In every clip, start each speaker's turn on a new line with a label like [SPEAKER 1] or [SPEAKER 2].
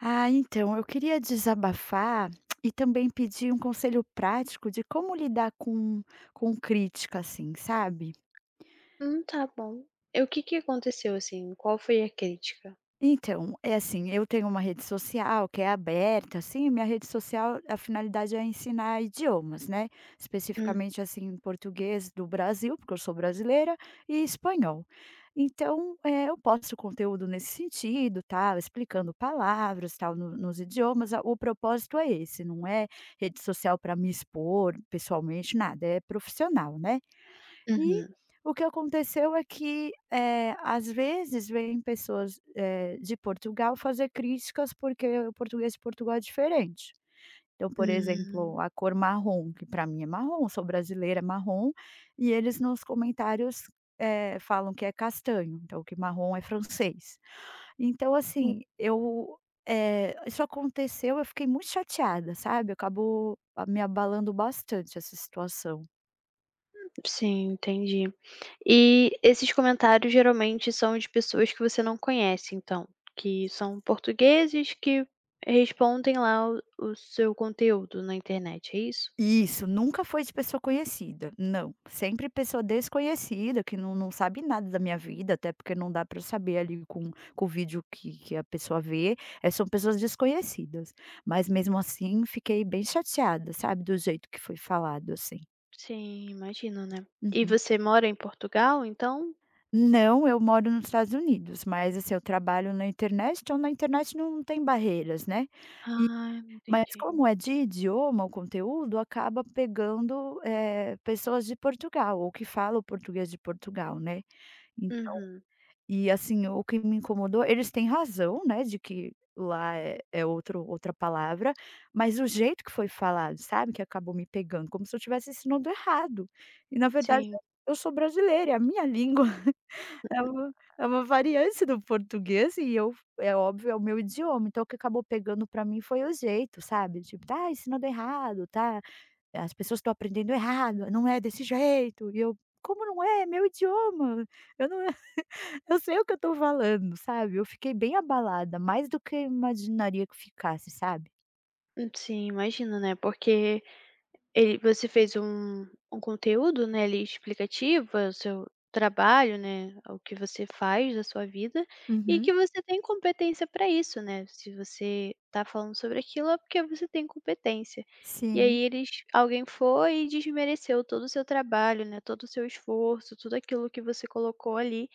[SPEAKER 1] Ah, então, eu queria desabafar e também pedir um conselho prático de como lidar com crítica, assim, sabe?
[SPEAKER 2] Tá bom. E o que que aconteceu, assim? Qual foi a crítica?
[SPEAKER 1] Então, é assim, eu tenho uma rede social que é aberta, assim, minha rede social, a finalidade é ensinar idiomas, né,
[SPEAKER 2] Hum,
[SPEAKER 1] especificamente, assim, português do Brasil, porque eu sou brasileira, e espanhol. Então, eu posto conteúdo nesse sentido, tal, explicando palavras, tal, no nos idiomas, a o propósito é esse, não é rede social para me expor pessoalmente, nada, é profissional, né. E
[SPEAKER 2] uhum.
[SPEAKER 1] o que aconteceu é que, às vezes, vêm pessoas, de Portugal fazer críticas, porque o português de Portugal é diferente. Então, por
[SPEAKER 2] Hum,
[SPEAKER 1] exemplo, a cor marrom, que para mim é marrom, sou brasileira, é marrom, e eles nos comentários, falam que é castanho, então que marrom é francês. Então, assim, isso aconteceu, eu fiquei muito chateada, sabe, acabou a me abalando bastante essa situação.
[SPEAKER 2] sim, entendi. E esses comentários geralmente são de pessoas que você não conhece, então, que são portugueses que respondem lá o seu conteúdo na internet, é isso?
[SPEAKER 1] Isso, nunca foi de pessoa conhecida, não. Sempre pessoa desconhecida, que não sabe nada da minha vida, até porque não dá para saber ali com o vídeo que a pessoa vê, são pessoas desconhecidas. Mas mesmo assim fiquei bem chateada, sabe, do jeito que foi falado, assim.
[SPEAKER 2] Sim, imagino, né. E
[SPEAKER 1] Uhum.
[SPEAKER 2] você mora em Portugal, então?
[SPEAKER 1] Não, eu moro nos Estados Unidos, mas, assim, eu trabalho na internet, então na internet não tem barreiras, né.
[SPEAKER 2] Ah,
[SPEAKER 1] Mas
[SPEAKER 2] entendi.
[SPEAKER 1] como é de idioma o conteúdo, acaba pegando, pessoas de Portugal ou que falam português de Portugal, né. Então
[SPEAKER 2] Uhum.
[SPEAKER 1] e assim, o que me incomodou eles têm razão, né, de que lá é outro outra palavra, mas o jeito que foi falado, sabe, que acabou me pegando, como se eu estivesse ensinando errado. E na verdade
[SPEAKER 2] Sim,
[SPEAKER 1] eu sou brasileira, é a minha língua. É uma variante do português e eu é óbvio, é o meu idioma, então o que acabou pegando pra mim foi o jeito, sabe, tipo: "Tá ensinando errado, tá, as pessoas estão aprendendo errado, não é desse jeito", e eu: "Como não é? É meu idioma, eu não eu sei o que eu estou falando", sabe. Eu fiquei bem abalada, mais do que eu imaginaria que ficasse, sabe.
[SPEAKER 2] sim, imagino, né, porque ele você fez um um conteúdo, né, ali, explicativo, é o seu trabalho, né, o que você faz da sua vida, e
[SPEAKER 1] Uhum.
[SPEAKER 2] que você tem competência para isso, né. Se você tá falando sobre aquilo, é porque você tem competência. E
[SPEAKER 1] Sim,
[SPEAKER 2] aí eles alguém foi e desmereceu todo o seu trabalho, né, todo o seu esforço, tudo aquilo que você colocou ali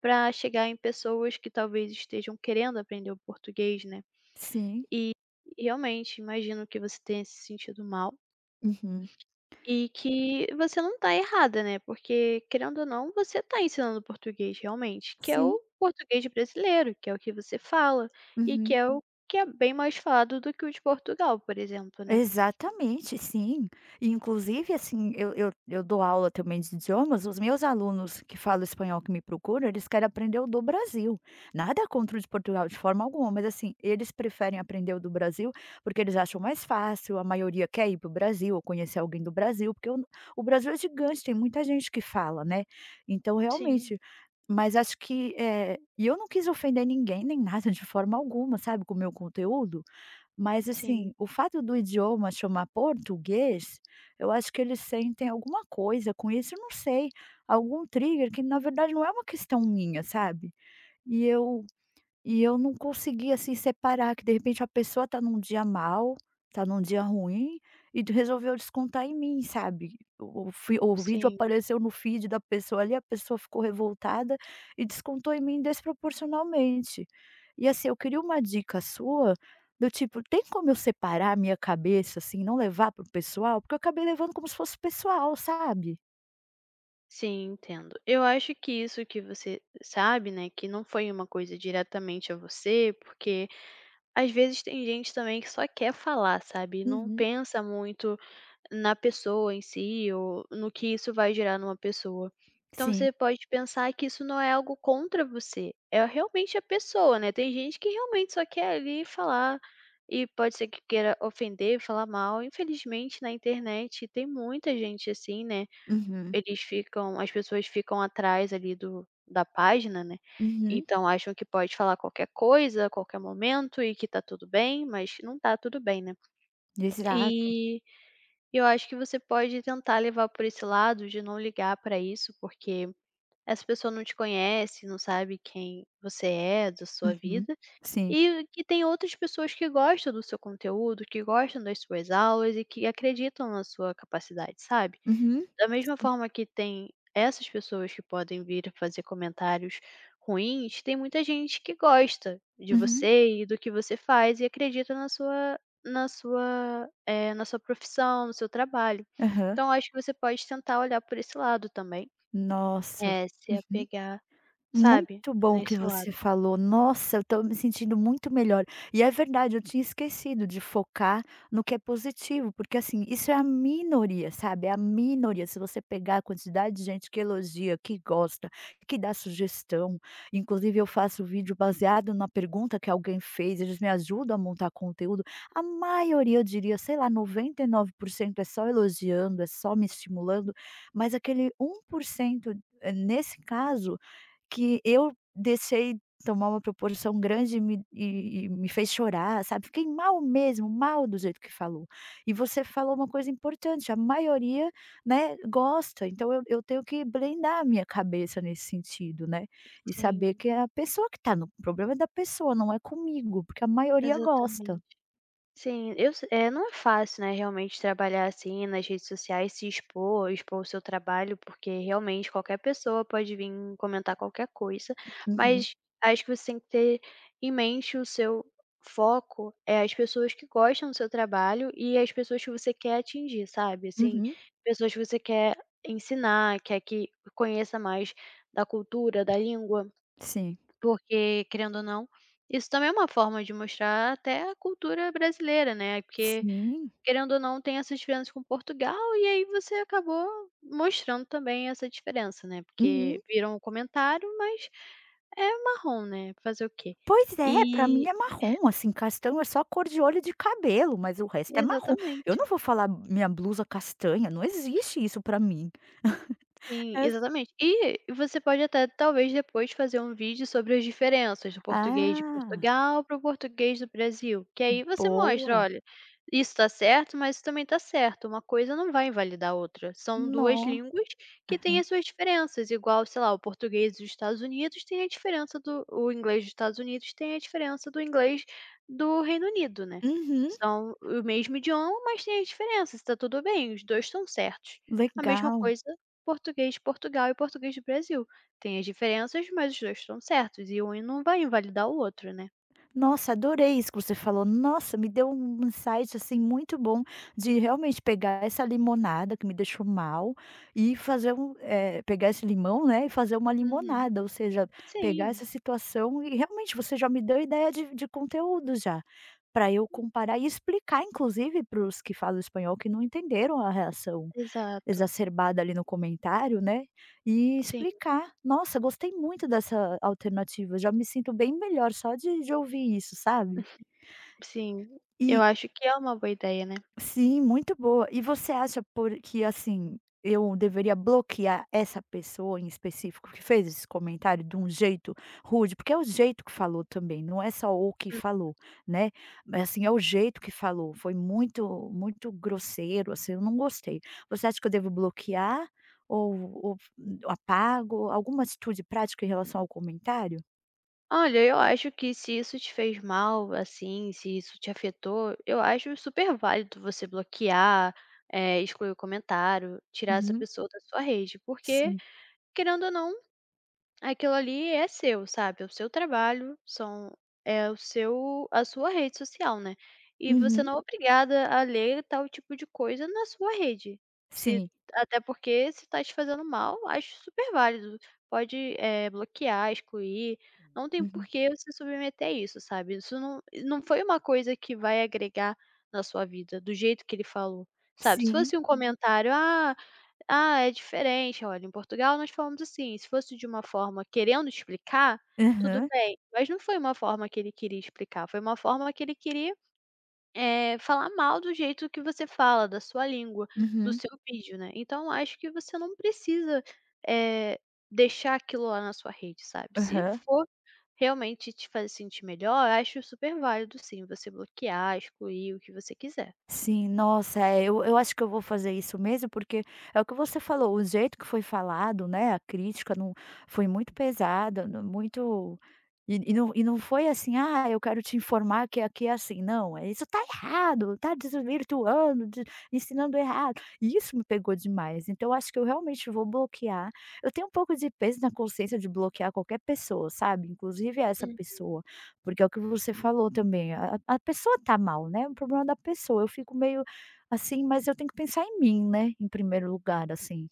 [SPEAKER 2] para chegar em pessoas que talvez estejam querendo aprender o português, né.
[SPEAKER 1] sim.
[SPEAKER 2] E, realmente, imagino que você tenha se sentido mal.
[SPEAKER 1] Uhum.
[SPEAKER 2] E que você não tá errada, né, porque querendo ou não você tá ensinando português realmente, que é
[SPEAKER 1] Sim.
[SPEAKER 2] o português brasileiro, que é o que você fala, e que
[SPEAKER 1] Uhum.
[SPEAKER 2] é o que é bem mais falado do que o de Portugal, por exemplo, né.
[SPEAKER 1] Exatamente, sim. E inclusive, assim, eu dou aula também de idiomas, os meus alunos que falam espanhol que me procuram, eles querem aprender o do Brasil. Nada contra o de Portugal, de forma alguma, mas assim, eles preferem aprender o do Brasil, porque eles acham mais fácil, a maioria quer ir para o Brasil ou conhecer alguém do Brasil, porque o Brasil é gigante, tem muita gente que fala, né. Então,
[SPEAKER 2] Sim,
[SPEAKER 1] realmente, mas acho que, eu não quis ofender ninguém nem nada de forma alguma, sabe, com o meu conteúdo. Mas
[SPEAKER 2] sim,
[SPEAKER 1] assim, o fato do idioma chamar português, eu acho que eles sentem alguma coisa com isso, eu não sei, algum trigger que na verdade não é uma questão minha, sabe. E eu e eu não conseguia, assim, separar que de repente a pessoa tá num dia mal, tá num dia ruim, e de resolveu descontar em mim, sabe. O vídeo
[SPEAKER 2] sim,
[SPEAKER 1] apareceu no feed da pessoa ali, a pessoa ficou revoltada e descontou em mim desproporcionalmente. E assim, eu queria uma dica sua, do tipo, tem como eu separar a minha cabeça, assim, não levar para o pessoal? Porque eu acabei levando como se fosse pessoal, sabe.
[SPEAKER 2] sim, entendo. Eu acho que isso que você sabe, né, que não foi uma coisa diretamente a você, porque às vezes tem gente também que só quer falar, sabe, e não
[SPEAKER 1] Uhum,
[SPEAKER 2] pensa muito na pessoa em si ou no que isso vai gerar numa pessoa. Então
[SPEAKER 1] sim.
[SPEAKER 2] você pode pensar que isso não é algo contra você, é realmente a pessoa, né. Tem gente que realmente só quer ali falar e pode ser que queira ofender, falar mal. Infelizmente na internet tem muita gente assim, né.
[SPEAKER 1] Uhum,
[SPEAKER 2] Eles ficam as pessoas ficam atrás ali do da página, né.
[SPEAKER 1] uhum,
[SPEAKER 2] Então acham que pode falar qualquer coisa, a qualquer momento e que tá tudo bem, mas não tá tudo bem, né.
[SPEAKER 1] exato.
[SPEAKER 2] E eu acho que você pode tentar levar por esse lado de não ligar para isso, porque essa pessoa não te conhece, não sabe quem você é, da sua
[SPEAKER 1] Uhum,
[SPEAKER 2] vida,
[SPEAKER 1] sim.
[SPEAKER 2] e que tem outras pessoas que gostam do seu conteúdo, que gostam das suas aulas e que acreditam na sua capacidade, sabe?
[SPEAKER 1] Uhum.
[SPEAKER 2] Da mesma
[SPEAKER 1] Sim.
[SPEAKER 2] forma que tem essas pessoas que podem vir fazer comentários ruins, tem muita gente que gosta de
[SPEAKER 1] Uhum.
[SPEAKER 2] você e do que você faz e acredita na sua, na sua profissão, no seu trabalho.
[SPEAKER 1] Aham.
[SPEAKER 2] Então acho que você pode tentar olhar por esse lado também.
[SPEAKER 1] Nossa.
[SPEAKER 2] É, se
[SPEAKER 1] Uhum.
[SPEAKER 2] apegar, sabe,
[SPEAKER 1] Muito bom o que
[SPEAKER 2] nesse lado.
[SPEAKER 1] você falou. Nossa, eu estou me sentindo muito melhor. E é verdade, eu tinha esquecido de focar no que é positivo, porque assim, isso é a minoria, sabe? É a minoria. Se você pegar a quantidade de gente que elogia, que gosta, que dá sugestão, inclusive eu faço vídeo baseado na pergunta que alguém fez, eles me ajudam a montar conteúdo. A maioria, eu diria, sei lá, 99% é só elogiando, é só me estimulando, mas aquele 1%, nesse caso que eu deixei tomar uma proporção grande e me fez chorar, sabe, fiquei mal mesmo, mal do jeito que falou. E você falou uma coisa importante, a maioria, né, gosta, então eu tenho que blindar a minha cabeça nesse sentido, né, e saber
[SPEAKER 2] Sim,
[SPEAKER 1] que é a pessoa que tá no o problema é da pessoa, não é comigo, porque a maioria gosta.
[SPEAKER 2] exatamente. Sim, eu se não é fácil, né, realmente trabalhar assim nas redes sociais, se expor, expor o seu trabalho, porque realmente qualquer pessoa pode vir comentar qualquer coisa,
[SPEAKER 1] Uhum,
[SPEAKER 2] mas acho que você tem que ter em mente o seu foco é as pessoas que gostam do seu trabalho e as pessoas que você quer atingir, sabe, assim,
[SPEAKER 1] uhum,
[SPEAKER 2] pessoas que você quer ensinar, quer que conheça mais da cultura, da língua.
[SPEAKER 1] sim,
[SPEAKER 2] Porque, querendo ou não, isso também é uma forma de mostrar até a cultura brasileira, né, porque,
[SPEAKER 1] sim,
[SPEAKER 2] querendo ou não, tem essas diferenças com Portugal, e aí você acabou mostrando também essa diferença, né,
[SPEAKER 1] uhum.
[SPEAKER 2] porque viram o comentário, mas é marrom, né, fazer o quê?
[SPEAKER 1] Pois é, pra mim
[SPEAKER 2] E
[SPEAKER 1] é marrom, assim, castanho é só a cor de olho de cabelo, mas o resto é marrom. Eu
[SPEAKER 2] exatamente.
[SPEAKER 1] não vou falar minha blusa castanha, não existe isso pra mim.
[SPEAKER 2] Sim,
[SPEAKER 1] É s
[SPEAKER 2] exatamente. E você pode até talvez depois fazer um vídeo sobre as diferenças do português de
[SPEAKER 1] ah,
[SPEAKER 2] Portugal para o português do Brasil, que aí você mostra:
[SPEAKER 1] boa.
[SPEAKER 2] "Olha, isso está certo, mas isso também está certo, uma coisa não vai invalidar a outra, são 2
[SPEAKER 1] No
[SPEAKER 2] línguas que têm as suas diferenças", igual, sei lá, o português dos Estados Unidos tem a diferença do o inglês dos Estados Unidos tem a diferença do inglês do Reino Unido, né.
[SPEAKER 1] uhum,
[SPEAKER 2] São o mesmo idioma, mas tem as diferenças, está tudo bem, os 2 estão certos. A mesma
[SPEAKER 1] legal.
[SPEAKER 2] coisa português de Portugal e português do Brasil. Tem as diferenças, mas os 2 estão certos e um não vai invalidar o outro, né.
[SPEAKER 1] Nossa, adorei isso que você falou. Nossa, me deu um insight, assim, muito bom de realmente pegar essa limonada que me deixou mal e fazer pegar esse limão, né, e fazer uma
[SPEAKER 2] Uhum.
[SPEAKER 1] limonada, ou seja, pegar
[SPEAKER 2] Sim,
[SPEAKER 1] essa situação e realmente você já me deu ideia de conteúdo já, para eu comparar e explicar inclusive para os que falam espanhol que não entenderam a reação
[SPEAKER 2] exato.
[SPEAKER 1] exacerbada ali no comentário, né, e
[SPEAKER 2] Sim,
[SPEAKER 1] explicar: "Nossa, gostei muito dessa alternativa, já me sinto bem melhor só de ouvir isso", sabe.
[SPEAKER 2] sim. Eu
[SPEAKER 1] E
[SPEAKER 2] acho que é uma boa ideia, né.
[SPEAKER 1] Sim, muito boa. E você acha por que, assim, eu deveria bloquear essa pessoa em específico que fez esse comentário de um jeito rude? Porque é o jeito que falou também, não é só o que
[SPEAKER 2] Hum.
[SPEAKER 1] falou, né? Mas, assim, é o jeito que falou. Foi muito, muito grosseiro, assim, eu não gostei. Você acha que eu devo bloquear ou apago? Alguma atitude prática em relação ao comentário?
[SPEAKER 2] Olha, eu acho que se isso te fez mal, assim, se isso te afetou, eu acho super válido você bloquear, excluir o comentário, tirar essa
[SPEAKER 1] Uhum,
[SPEAKER 2] pessoa da sua rede, porque,
[SPEAKER 1] sim.
[SPEAKER 2] querendo ou não aquilo ali é seu, sabe, é o seu trabalho, são é o seu a sua rede social, né, e você
[SPEAKER 1] Uhum,
[SPEAKER 2] não é obrigada a ler tal tipo de coisa na sua rede. Se
[SPEAKER 1] sim.
[SPEAKER 2] até porque se tá te fazendo mal, acho super válido, pode, bloquear, excluir, não tem por
[SPEAKER 1] Uhum,
[SPEAKER 2] que você submeter a isso, sabe. Isso não foi uma coisa que vai agregar na sua vida, do jeito que ele falou, sabe. Se
[SPEAKER 1] sim.
[SPEAKER 2] fosse um comentário: "Ah, ah, é diferente. Olha, em Portugal nós falamos assim", se fosse de uma forma querendo explicar, tudo
[SPEAKER 1] Aham,
[SPEAKER 2] bem, mas não foi uma forma que ele queria explicar, foi uma forma que ele queria, falar mal do jeito que você fala, da sua língua, do
[SPEAKER 1] uhum,
[SPEAKER 2] seu vídeo, né. Então acho que você não precisa, eh, deixar aquilo lá na sua rede, sabe. Se
[SPEAKER 1] aham.
[SPEAKER 2] for realmente te fazer sentir melhor, eu acho super válido sim, você bloquear, excluir, o que você quiser.
[SPEAKER 1] Sim, nossa, é, eu acho que eu vou fazer isso mesmo, porque é o que você falou, o jeito que foi falado, né? A crítica não foi muito pesada, muito. E não foi assim, ah, eu quero te informar que aqui é assim, não, é isso tá errado, tá desvirtuando, ensinando errado. E isso me pegou demais. Então, eu acho que eu realmente vou bloquear. Eu tenho um pouco de peso na consciência de bloquear qualquer pessoa, sabe? Inclusive essa pessoa. Porque é o que você falou também, a pessoa tá mal, né, é um problema da pessoa, eu fico meio assim, mas eu tenho que pensar em mim, né, em primeiro lugar, assim.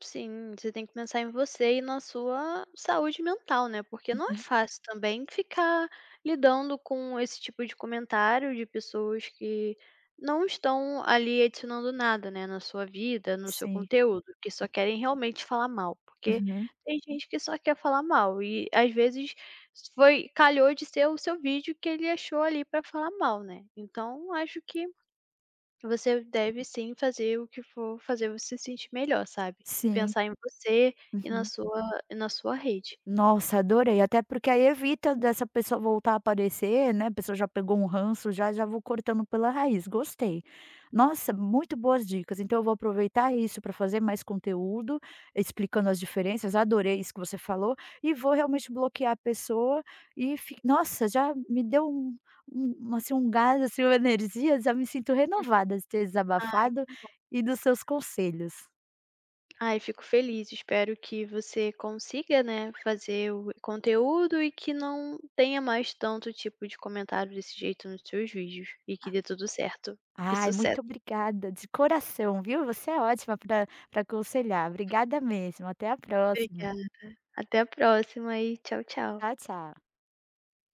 [SPEAKER 2] Sim, você tem que pensar em você e na sua saúde mental, né, porque não é
[SPEAKER 1] Uhum.
[SPEAKER 2] fácil também ficar lidando com esse tipo de comentário de pessoas que não estão ali adicionando nada, né, na sua vida, no seu
[SPEAKER 1] Sim.
[SPEAKER 2] conteúdo, que só querem realmente falar mal, porque
[SPEAKER 1] Uhum.
[SPEAKER 2] tem gente que só quer falar mal e às vezes foi calhou de ser o seu vídeo que ele achou ali para falar mal, né. Então acho que você deve sim fazer o que for fazer você se sentir melhor, sabe.
[SPEAKER 1] Sim.
[SPEAKER 2] Pensar em você
[SPEAKER 1] Uhum.
[SPEAKER 2] e na sua rede.
[SPEAKER 1] Nossa, adorei, até porque aí evita dessa pessoa voltar a aparecer, né, a pessoa já pegou um ranço, já já vou cortando pela raiz, gostei. Nossa, muito boas dicas, então eu vou aproveitar isso para fazer mais conteúdo, explicando as diferenças, adorei isso que você falou, e vou realmente bloquear a pessoa e fi nossa, já me deu um assim, um gás, assim, uma energia, já me sinto renovada de ter desabafado e dos seus conselhos.
[SPEAKER 2] Ai, fico feliz, espero que você consiga, né, fazer o conteúdo e que não tenha mais tanto tipo de comentário desse jeito nos seus vídeos e que dê tudo certo. E
[SPEAKER 1] Ai,
[SPEAKER 2] sucesso.
[SPEAKER 1] muito obrigada de coração, viu. Você é ótima para para aconselhar. Obrigada mesmo. Até a próxima.
[SPEAKER 2] Obrigada. Até a próxima e tchau, tchau.
[SPEAKER 1] Tchau, tchau.